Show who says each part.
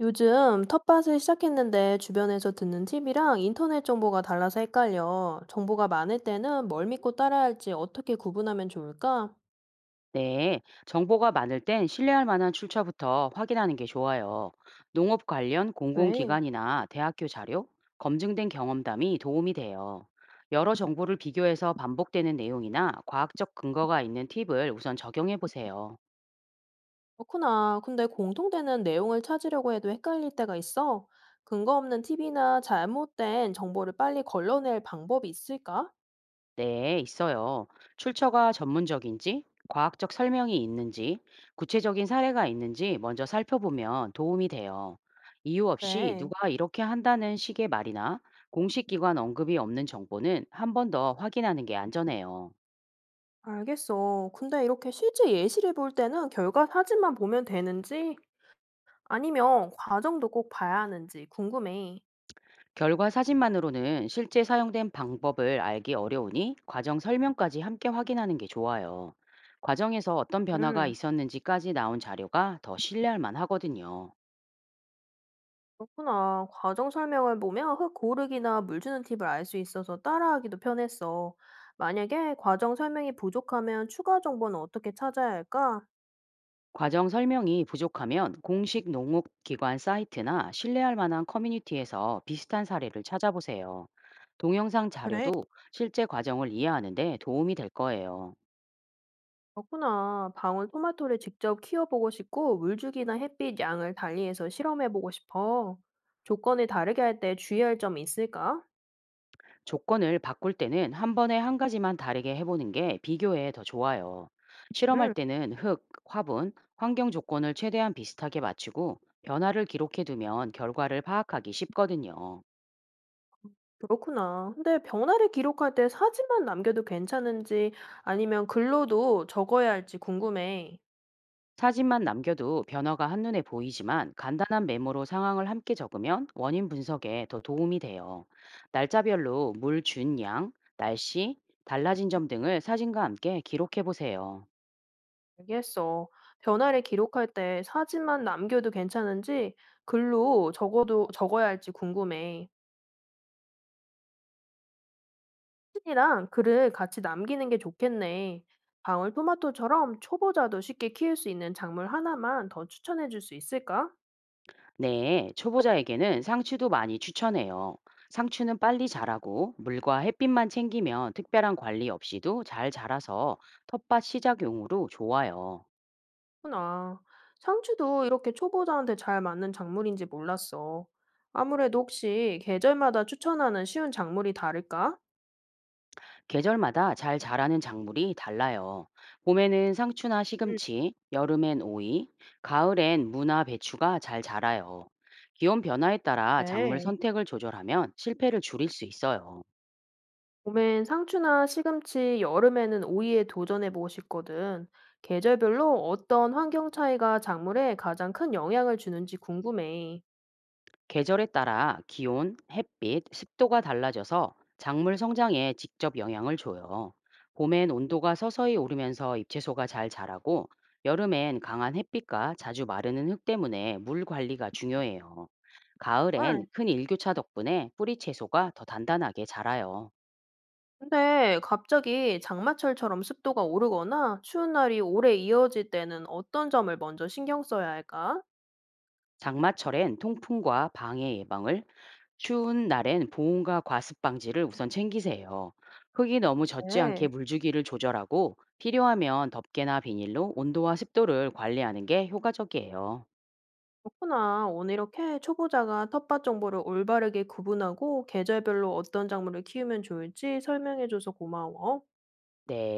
Speaker 1: 요즘 텃밭을 시작했는데 주변에서 듣는 팁이랑 인터넷 정보가 달라서 헷갈려. 정보가 많을 때는 뭘 믿고 따라야 할지 어떻게 구분하면 좋을까?
Speaker 2: 네, 정보가 많을 땐 신뢰할 만한 출처부터 확인하는 게 좋아요. 농업 관련
Speaker 1: 그래,
Speaker 2: 공공기관이나 대학교 자료, 검증된 경험담이 도움이 돼요. 여러 정보를 비교해서 반복되는 내용이나 과학적 근거가 있는 팁을 우선 적용해 보세요.
Speaker 1: 그렇구나. 근데 공통되는 내용을 찾으려고 해도 헷갈릴 때가 있어. 근거 없는 팁이나 잘못된 정보를 빨리 걸러낼 방법이 있을까?
Speaker 2: 네, 있어요. 출처가 전문적인지, 과학적 설명이 있는지, 구체적인 사례가 있는지 먼저 살펴보면 도움이 돼요. 이유 없이
Speaker 1: 그래,
Speaker 2: 누가 이렇게 한다는 식의 말이나 공식 기관 언급이 없는 정보는 한 번 더 확인하는 게 안전해요.
Speaker 1: 알겠어. 근데 이렇게 실제 예시를 볼 때는 결과 사진만 보면 되는지 아니면 과정도 꼭 봐야 하는지 궁금해.
Speaker 2: 결과 사진만으로는 실제 사용된 방법을 알기 어려우니 과정 설명까지 함께 확인하는 게 좋아요. 과정에서 어떤 변화가
Speaker 1: 음.
Speaker 2: 있었는지까지 나온 자료가 더 신뢰할 만하거든요.
Speaker 1: 그렇구나. 과정 설명을 보면 흙 고르기나 물 주는 팁을 알 수 있어서 따라하기도 편했어. 만약에 과정 설명이 부족하면 추가 정보는 어떻게 찾아야 할까?
Speaker 2: 과정 설명이 부족하면 공식 농업기관 사이트나 신뢰할 만한 커뮤니티에서 비슷한 사례를 찾아보세요. 동영상
Speaker 1: 그래,
Speaker 2: 자료도 실제 과정을 이해하는데 도움이 될 거예요.
Speaker 1: 그렇구나. 방울 토마토를 직접 키워보고 싶고, 물주기나 햇빛 양을 달리해서 실험해보고 싶어. 조건을 다르게 할 때 주의할 점이 있을까?
Speaker 2: 조건을 바꿀 때는 한 번에 한 가지만 다르게 해보는 게 비교에 더 좋아요. 실험할
Speaker 1: 응,
Speaker 2: 때는 흙, 화분, 환경 조건을 최대한 비슷하게 맞추고 변화를 기록해두면 결과를 파악하기 쉽거든요.
Speaker 1: 그렇구나. 근데 변화를 기록할 때 사진만 남겨도 괜찮은지 아니면 글로도 적어야 할지 궁금해.
Speaker 2: 사진만 남겨도 변화가 한눈에 보이지만 간단한 메모로 상황을 함께 적으면 원인 분석에 더 도움이 돼요. 날짜별로 물 준 양, 날씨, 달라진 점 등을 사진과 함께 기록해 보세요.
Speaker 1: 얘기했어. 변화를 기록할 때 사진만 남겨도 괜찮은지 글로 적어도 적어야 할지 궁금해. 사진이랑 글을 같이 남기는 게 좋겠네. 방울토마토처럼 초보자도 쉽게 키울 수 있는 작물 하나만 더 추천해 줄 수 있을까?
Speaker 2: 네, 초보자에게는 상추도 많이 추천해요. 상추는 빨리 자라고 물과 햇빛만 챙기면 특별한 관리 없이도 잘 자라서 텃밭 시작용으로 좋아요.
Speaker 1: 그나 상추도 이렇게 초보자한테 잘 맞는 작물인지 몰랐어. 아무래도 혹시 계절마다 추천하는 쉬운 작물이 다를까?
Speaker 2: 계절마다 잘 자라는 작물이 달라요. 봄에는 상추나
Speaker 1: 음,
Speaker 2: 시금치, 여름엔 오이, 가을엔 무나 배추가 잘 자라요. 기온 변화에 따라 작물
Speaker 1: 네.
Speaker 2: 선택을 조절하면 실패를 줄일 수 있어요.
Speaker 1: 봄엔 상추나 시금치, 여름에는 오이에 도전해보고 싶거든. 계절별로 어떤 환경 차이가 작물에 가장 큰 영향을 주는지 궁금해.
Speaker 2: 계절에 따라 기온, 햇빛, 습도가 달라져서 작물 성장에 직접 영향을 줘요. 봄엔 온도가 서서히 오르면서 잎채소가 잘 자라고 여름엔 강한 햇빛과 자주 마르는 흙 때문에 물 관리가 중요해요. 가을엔
Speaker 1: 헐,
Speaker 2: 큰 일교차 덕분에 뿌리 채소가 더 단단하게 자라요.
Speaker 1: 근데 갑자기 장마철처럼 습도가 오르거나 추운 날이 오래 이어질 때는 어떤 점을 먼저 신경 써야 할까?
Speaker 2: 장마철엔 통풍과 방해 예방을, 추운 날엔 보온과 과습 방지를 우선 챙기세요. 흙이 너무 젖지 않게
Speaker 1: 네.
Speaker 2: 물주기를 조절하고 필요하면 덮개나 비닐로 온도와 습도를 관리하는 게 효과적이에요.
Speaker 1: 그렇구나. 오늘 이렇게 초보자가 텃밭 정보를 올바르게 구분하고 계절별로 어떤 작물을 키우면 좋을지 설명해줘서 고마워.
Speaker 2: 네.